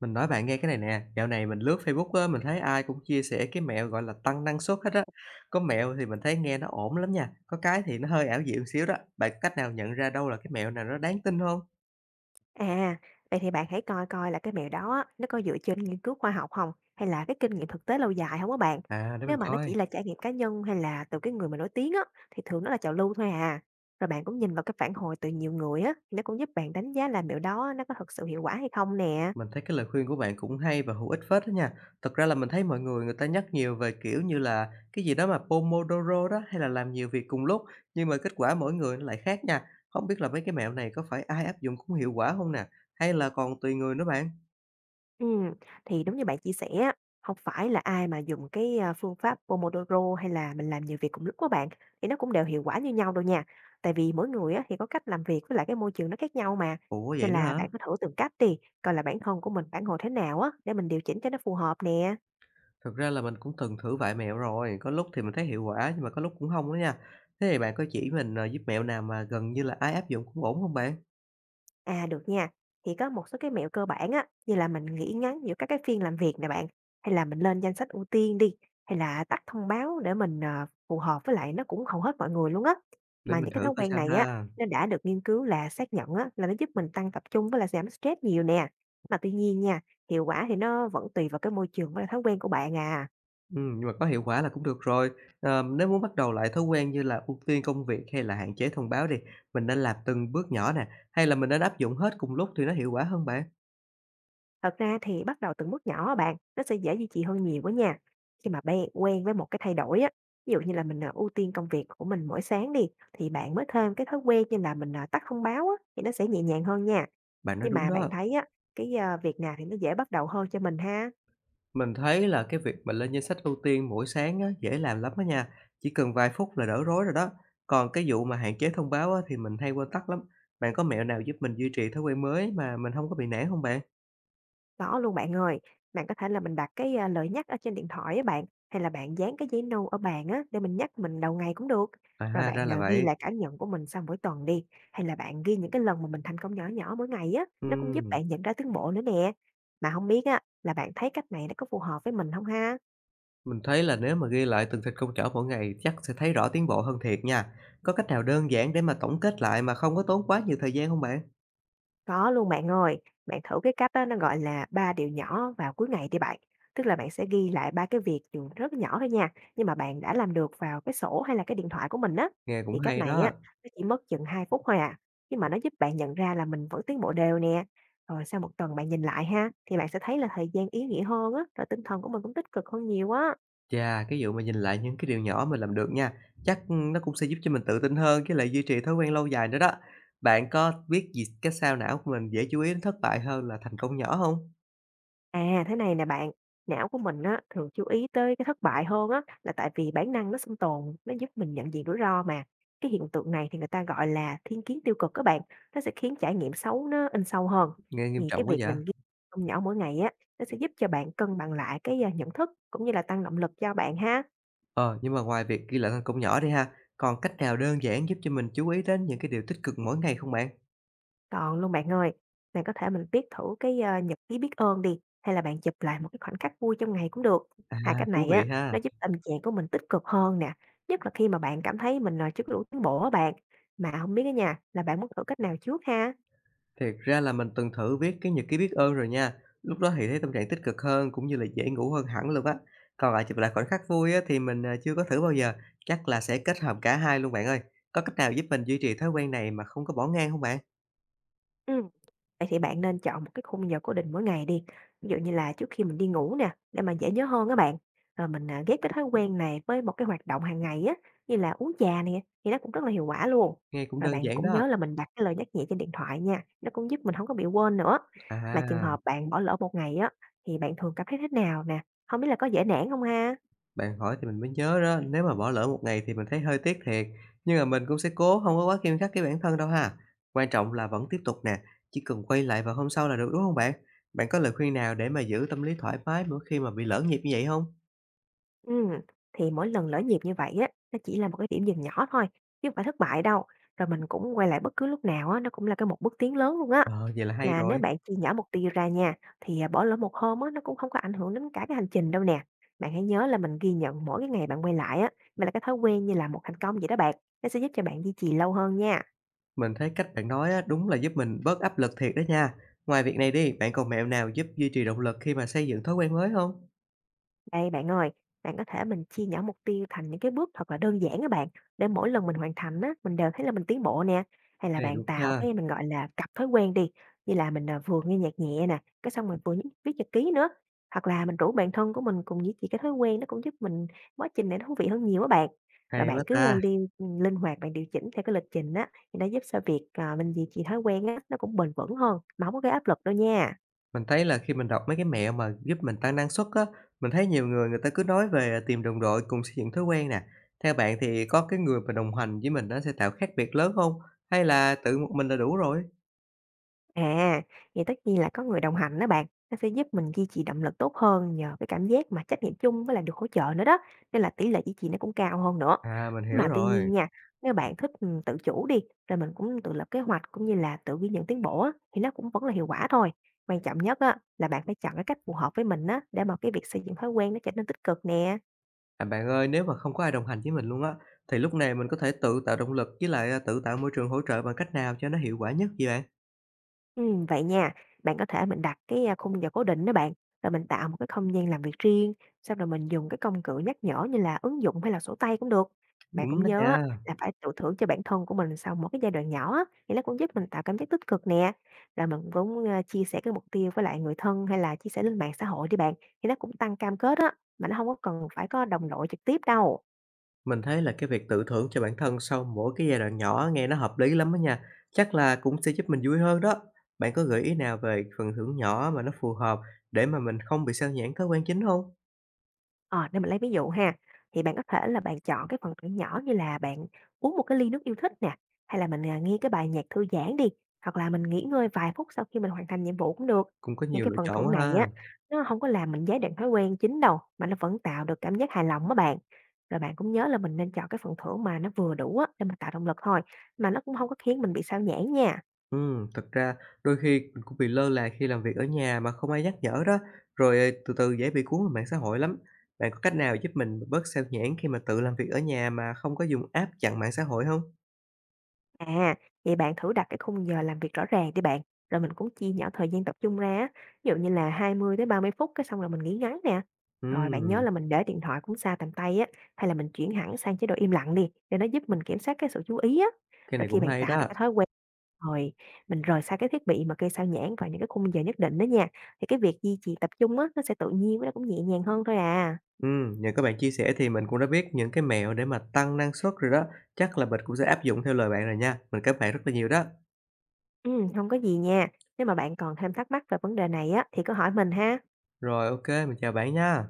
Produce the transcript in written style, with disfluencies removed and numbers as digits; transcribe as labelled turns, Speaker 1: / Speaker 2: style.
Speaker 1: Mình nói bạn nghe cái này nè, dạo này mình lướt Facebook á, mình thấy ai cũng chia sẻ cái mẹo, gọi là, tăng năng suất hết á. Có mẹo thì mình thấy nghe nó ổn lắm nha, có cái thì nó hơi ảo diệu một xíu đó. Bạn có cách nào nhận ra đâu là cái mẹo nào nó đáng tin không?
Speaker 2: À, vậy thì bạn hãy coi coi là cái mẹo đó á, nó có dựa trên nghiên cứu khoa học không, hay là cái kinh nghiệm thực tế lâu dài không á bạn?
Speaker 1: À, để
Speaker 2: Nếu
Speaker 1: mình
Speaker 2: mà nó
Speaker 1: coi,
Speaker 2: chỉ là trải nghiệm cá nhân hay là từ cái người mà nổi tiếng á, thì thường nó là trào lưu thôi à. Rồi bạn cũng nhìn vào cái phản hồi từ nhiều người á, thì nó cũng giúp bạn đánh giá là mẹo đó nó có thật sự hiệu quả hay không nè.
Speaker 1: mình thấy cái lời khuyên của bạn cũng hay và hữu ích phết đó nha. Thật ra là mình thấy mọi người người ta nhắc nhiều về, kiểu như là, cái gì đó mà Pomodoro đó, hay là làm nhiều việc cùng lúc, nhưng mà kết quả mỗi người nó lại khác nha. Không biết là mấy cái mẹo này có phải ai áp dụng cũng hiệu quả không nè, hay là còn tùy người nữa bạn?
Speaker 2: Ừ, thì đúng như bạn chia sẻ á, không phải là ai mà dùng cái phương pháp Pomodoro hay là mình làm nhiều việc cùng lúc của bạn, thì nó cũng đều hiệu quả như nhau đâu nha. Tại vì mỗi người á, thì có cách làm việc với lại cái môi trường nó khác nhau mà,
Speaker 1: Ủa, vậy
Speaker 2: nên
Speaker 1: nữa
Speaker 2: là
Speaker 1: hả?
Speaker 2: bạn cứ thử từng cách đi, coi là bản thân của mình phản hồi thế nào á, để mình điều chỉnh cho nó phù hợp nè.
Speaker 1: Thực ra là mình cũng từng thử vài mẹo rồi, có lúc thì mình thấy hiệu quả nhưng mà có lúc cũng không đó nha. Thế thì bạn có chỉ mình, giúp mẹo nào mà gần như là ai áp dụng cũng ổn không bạn?
Speaker 2: À, được nha. Thì có một số cái mẹo cơ bản á, như là mình nghỉ ngắn giữa các cái phiên làm việc nè bạn, hay là mình lên danh sách ưu tiên đi, hay là tắt thông báo để mình phù hợp với lại nó cũng hầu hết mọi người luôn á.
Speaker 1: Để
Speaker 2: Mà
Speaker 1: mình
Speaker 2: những cái
Speaker 1: thử
Speaker 2: thói
Speaker 1: coi
Speaker 2: quen
Speaker 1: sao
Speaker 2: này á,
Speaker 1: ha.
Speaker 2: nó đã được nghiên cứu là xác nhận á, là nó giúp mình tăng tập trung với lại giảm stress nhiều nè. Mà tuy nhiên nha, hiệu quả thì nó vẫn tùy vào cái môi trường và thói quen của bạn à.
Speaker 1: Nhưng mà có hiệu quả là cũng được rồi. Ờ, nếu muốn bắt đầu lại thói quen như là ưu tiên công việc hay là hạn chế thông báo đi, mình nên làm từng bước nhỏ nè, hay là mình nên áp dụng hết cùng lúc thì nó hiệu quả hơn bạn?
Speaker 2: Thật ra thì bắt đầu từng bước nhỏ á bạn, nó sẽ dễ duy trì hơn nhiều á nha. Khi mà bạn quen với một cái thay đổi á, ví dụ như là mình ưu tiên công việc của mình mỗi sáng đi, thì bạn mới thêm cái thói quen như là mình tắt thông báo á, thì nó sẽ nhẹ nhàng hơn nha.
Speaker 1: Bạn nói
Speaker 2: Nhưng
Speaker 1: đúng
Speaker 2: mà bạn
Speaker 1: đó.
Speaker 2: thấy á, cái việc nào thì nó dễ bắt đầu hơn cho mình ha?
Speaker 1: Mình thấy là cái việc mà lên danh sách ưu tiên mỗi sáng á, dễ làm lắm đó nha, chỉ cần vài phút là đỡ rối rồi đó. Còn cái vụ mà hạn chế thông báo á, thì mình hay quên tắt lắm. Bạn có mẹo nào giúp mình duy trì thói quen mới mà mình không có bị nản không bạn?
Speaker 2: Có luôn bạn ơi, bạn có thể là mình đặt cái lời nhắc ở trên điện thoại á bạn, hay là bạn dán cái giấy nâu ở bàn á, để mình nhắc mình đầu ngày cũng được. Rồi
Speaker 1: À, ra
Speaker 2: bạn,
Speaker 1: là
Speaker 2: à, ghi
Speaker 1: vậy.
Speaker 2: lại cảm nhận của mình sau mỗi tuần đi, hay là bạn ghi những cái lần mà mình thành công nhỏ nhỏ mỗi ngày á, nó cũng giúp
Speaker 1: Ừm,
Speaker 2: bạn nhận ra tiến bộ nữa nè. Mà không biết á, là bạn thấy cách này nó có phù hợp với mình không ha?
Speaker 1: mình thấy là nếu mà ghi lại từng thịt công trở mỗi ngày chắc sẽ thấy rõ tiến bộ hơn thiệt nha. Có cách nào đơn giản để mà tổng kết lại mà không có tốn quá nhiều thời gian không bạn?
Speaker 2: Có luôn bạn ơi, bạn thử cái cách đó, nó gọi là 3 điều nhỏ vào cuối ngày đi bạn. Tức là bạn sẽ ghi lại 3 cái việc dù rất nhỏ thôi nha, nhưng mà bạn đã làm được vào cái sổ hay là cái điện thoại của mình á.
Speaker 1: Nghe cũng
Speaker 2: Thì cách
Speaker 1: hay
Speaker 2: này á,
Speaker 1: đó.
Speaker 2: nó chỉ mất chừng 2 phút thôi à, nhưng mà nó giúp bạn nhận ra là mình vẫn tiến bộ đều nè. Rồi sau một tuần bạn nhìn lại ha, thì bạn sẽ thấy là thời gian ý nghĩa hơn á, rồi tinh thần của mình cũng tích cực hơn nhiều á.
Speaker 1: Chà, cái vụ mà nhìn lại những cái điều nhỏ mình làm được nha, chắc, ừ, nó cũng sẽ giúp cho mình tự tin hơn với lại duy trì thói quen lâu dài nữa đó. Bạn có biết gì cái sao não của mình dễ chú ý đến thất bại hơn là thành công nhỏ không?
Speaker 2: À, thế này nè bạn, não của mình á, thường chú ý tới cái thất bại hơn á, là tại vì bản năng nó sinh tồn, nó giúp mình nhận diện rủi ro mà. Cái hiện tượng này thì người ta gọi là thiên kiến tiêu cực các bạn, nó sẽ khiến trải nghiệm xấu nó in sâu hơn.
Speaker 1: Nghe nghiêm
Speaker 2: Thì cái
Speaker 1: trọng quá
Speaker 2: việc
Speaker 1: vậy?
Speaker 2: mình ghi công nhỏ mỗi ngày á, nó sẽ giúp cho bạn cân bằng lại cái nhận thức cũng như là tăng động lực cho bạn ha.
Speaker 1: Ờ, nhưng mà ngoài việc ghi lại thành công nhỏ đi ha, còn cách nào đơn giản giúp cho mình chú ý đến những cái điều tích cực mỗi ngày không bạn?
Speaker 2: Còn luôn bạn ơi, bạn có thể mình viết thử cái nhật ký biết ơn đi, hay là bạn chụp lại một cái khoảnh khắc vui trong ngày cũng được.
Speaker 1: À,
Speaker 2: Hai cách
Speaker 1: thú
Speaker 2: này
Speaker 1: vị
Speaker 2: á,
Speaker 1: ha.
Speaker 2: nó giúp tâm trạng của mình tích cực hơn nè, nhất là khi mà bạn cảm thấy mình chưa có đủ tiến bộ á bạn. Mà không biết á nha, là bạn muốn thử cách nào trước ha?
Speaker 1: Thiệt ra là mình từng thử viết cái nhật ký biết ơn rồi nha. Lúc đó thì thấy tâm trạng tích cực hơn cũng như là dễ ngủ hơn hẳn luôn á. Còn lại chụp lại khoảnh khắc vui á thì mình, chưa có thử bao giờ, chắc là sẽ kết hợp cả hai luôn bạn ơi. Có cách nào giúp mình duy trì thói quen này mà không có bỏ ngang không bạn?
Speaker 2: Ừm. Vậy thì bạn nên chọn một cái khung giờ cố định mỗi ngày đi, ví dụ như là trước khi mình đi ngủ nè, để mà dễ nhớ hơn các bạn. Rồi mình ghép cái thói quen này với một cái hoạt động hàng ngày á, như là uống trà này thì nó cũng rất là hiệu quả luôn.
Speaker 1: Nghe cũng
Speaker 2: Rồi
Speaker 1: đơn
Speaker 2: bạn
Speaker 1: giản
Speaker 2: cũng
Speaker 1: đó.
Speaker 2: nhớ là mình đặt cái lời nhắc nhẹ trên điện thoại nha, nó cũng giúp mình không có bị quên nữa. Mà trường
Speaker 1: À.
Speaker 2: hợp bạn bỏ lỡ một ngày á, thì bạn thường cảm thấy thế nào nè? Không biết là có dễ nản không ha?
Speaker 1: Bạn hỏi thì mình mới nhớ đó, nếu mà bỏ lỡ một ngày thì mình thấy hơi tiếc thiệt, nhưng mà mình cũng sẽ cố không có quá nghiêm khắc với bản thân đâu ha. Quan trọng là vẫn tiếp tục nè, chỉ cần quay lại vào hôm sau là được đúng không bạn? Bạn có lời khuyên nào để mà giữ tâm lý thoải mái mỗi khi mà bị lỡ nhịp như vậy không?
Speaker 2: Ừm, thì mỗi lần lỡ nhịp như vậy á, nó chỉ là một cái điểm dừng nhỏ thôi, chứ không phải thất bại đâu. Rồi mình cũng quay lại bất cứ lúc nào á, nó cũng là cái một bước tiến lớn luôn á.
Speaker 1: Ờ, vậy là hay
Speaker 2: Là nếu
Speaker 1: rồi,
Speaker 2: bạn chia nhỏ mục tiêu ra nha, thì bỏ lỡ một hôm á, nó cũng không có ảnh hưởng đến cả cái hành trình đâu nè. Bạn hãy nhớ là mình ghi nhận mỗi cái ngày bạn quay lại á, mà là cái thói quen như là một thành công vậy đó bạn. Nó sẽ giúp cho bạn duy trì lâu hơn nha.
Speaker 1: mình thấy cách bạn nói á, đúng là giúp mình bớt áp lực thiệt đó nha. Ngoài việc này đi, bạn còn mẹo nào giúp duy trì động lực khi mà xây dựng thói quen mới không?
Speaker 2: Đây bạn ơi, bạn có thể mình chia nhỏ mục tiêu thành những cái bước thật là đơn giản các bạn, để mỗi lần mình hoàn thành á, mình đều thấy là mình tiến bộ nè. Hay là
Speaker 1: Cái này
Speaker 2: bạn
Speaker 1: đúng
Speaker 2: tạo
Speaker 1: nha,
Speaker 2: cái mình gọi là cặp thói quen đi, như là mình vừa nghe nhạc nhẹ nè, cái xong mình vừa viết nhật ký nữa. Hoặc là mình rủ bạn thân của mình cùng duy trì cái thói quen nó cũng giúp mình quá trình này nó thú vị hơn nhiều á bạn. Rồi
Speaker 1: hay quá
Speaker 2: bạn
Speaker 1: ta.
Speaker 2: cứ linh linh hoạt bạn điều chỉnh theo cái lịch trình á, thì nó giúp cho việc mình duy trì thói quen á, nó cũng bền vững hơn, mà không có gây áp lực đâu nha.
Speaker 1: Mình thấy là khi mình đọc mấy cái mẹo mà giúp mình tăng năng suất á, mình thấy nhiều người người ta cứ nói về tìm đồng đội cùng xây dựng thói quen nè. Theo bạn thì có cái người mà đồng hành với mình nó sẽ tạo khác biệt lớn không? Hay là tự một mình là đủ rồi?
Speaker 2: À, vậy tất nhiên là có người đồng hành đó bạn, nó sẽ giúp mình duy trì động lực tốt hơn nhờ cái cảm giác mà trách nhiệm chung với lại được hỗ trợ nữa đó, nên là tỷ lệ duy trì nó cũng cao hơn nữa.
Speaker 1: À, mình
Speaker 2: Nhưng
Speaker 1: hiểu
Speaker 2: mà tuy
Speaker 1: rồi.
Speaker 2: nhiên nha, nếu bạn thích tự chủ đi, rồi mình cũng tự lập kế hoạch cũng như là tự ghi nhận tiến bộ á, thì nó cũng vẫn là hiệu quả thôi. Quan trọng nhất á, là bạn phải chọn cái cách phù hợp với mình á, để mà cái việc xây dựng thói quen nó trở nên tích cực nè.
Speaker 1: À, bạn ơi, nếu mà không có ai đồng hành với mình luôn á, thì lúc này mình có thể tự tạo động lực với lại tự tạo môi trường hỗ trợ bằng cách nào cho nó hiệu quả nhất vậy bạn?
Speaker 2: Vậy nha, bạn có thể mình đặt cái khung giờ cố định đó bạn, rồi mình tạo một cái không gian làm việc riêng, xong rồi mình dùng cái công cụ nhắc nhở như là ứng dụng hay là sổ tay cũng được. Bạn cũng
Speaker 1: Đúng đó
Speaker 2: nhớ á
Speaker 1: nha.
Speaker 2: là phải tự thưởng cho bản thân của mình sau mỗi cái giai đoạn nhỏ á, thì nó cũng giúp mình tạo cảm giác tích cực nè. Rồi mình cũng chia sẻ cái mục tiêu với lại người thân hay là chia sẻ lên mạng xã hội đi bạn, thì nó cũng tăng cam kết á, mà nó không có cần phải có đồng đội trực tiếp đâu.
Speaker 1: Mình thấy là cái việc tự thưởng cho bản thân sau mỗi cái giai đoạn nhỏ nghe nó hợp lý lắm á nha. Chắc là cũng sẽ giúp mình vui hơn đó. Bạn có gợi ý nào về phần thưởng nhỏ mà nó phù hợp để mà mình không bị sao nhãng thói quen chính không?
Speaker 2: Ờ, để mình lấy ví dụ ha, thì bạn có thể là bạn chọn cái phần thưởng nhỏ như là bạn uống một cái ly nước yêu thích nè, hay là mình nghe cái bài nhạc thư giãn đi, hoặc là mình nghỉ ngơi vài phút sau khi mình hoàn thành nhiệm vụ cũng được.
Speaker 1: Cũng có
Speaker 2: Những
Speaker 1: nhiều
Speaker 2: cái
Speaker 1: lựa
Speaker 2: phần
Speaker 1: chọn
Speaker 2: thưởng
Speaker 1: quá
Speaker 2: này
Speaker 1: ha.
Speaker 2: á, nó không có làm mình gián đoạn thói quen chính đâu, mà nó vẫn tạo được cảm giác hài lòng á bạn. Rồi bạn cũng nhớ là mình nên chọn cái phần thưởng mà nó vừa đủ á, để mình tạo động lực thôi, mà nó cũng không có khiến mình bị sao nhãng nha.
Speaker 1: Ừ, thật ra đôi khi mình cũng bị lơ là khi làm việc ở nhà mà không ai nhắc nhở đó. Rồi từ từ dễ bị cuốn vào mạng xã hội lắm. Bạn có cách nào giúp mình bớt sao nhãng khi mà tự làm việc ở nhà mà không có dùng app chặn mạng xã hội không?
Speaker 2: À, vậy bạn thử đặt cái khung giờ làm việc rõ ràng đi bạn. Rồi mình cũng chia nhỏ thời gian tập trung ra á. Ví dụ như là 20 tới 30 phút cái xong rồi mình nghỉ ngắn nè.
Speaker 1: Ừ,
Speaker 2: Rồi bạn nhớ là mình để điện thoại cũng xa tầm tay á, hay là mình chuyển hẳn sang chế độ im lặng đi để nó giúp mình kiểm soát cái sự chú ý á.
Speaker 1: cái
Speaker 2: Rồi
Speaker 1: này
Speaker 2: khi
Speaker 1: cũng
Speaker 2: bạn
Speaker 1: hay
Speaker 2: tạo được
Speaker 1: đó.
Speaker 2: cái thói quen rồi mình rời xa cái thiết bị mà gây sao nhãng vào những cái khung giờ nhất định đó nha. Thì cái việc duy trì tập trung á nó sẽ tự nhiên với nó cũng nhẹ nhàng hơn thôi à.
Speaker 1: Nhờ các bạn chia sẻ thì mình cũng đã biết những cái mẹo để mà tăng năng suất rồi đó. Chắc là mình cũng sẽ áp dụng theo lời bạn rồi nha. Mình cảm ơn bạn rất là nhiều đó.
Speaker 2: Ừ, không có gì nha. Nếu mà bạn còn thêm thắc mắc về vấn đề này á thì cứ hỏi mình ha.
Speaker 1: Rồi, ok mình chào bạn nha.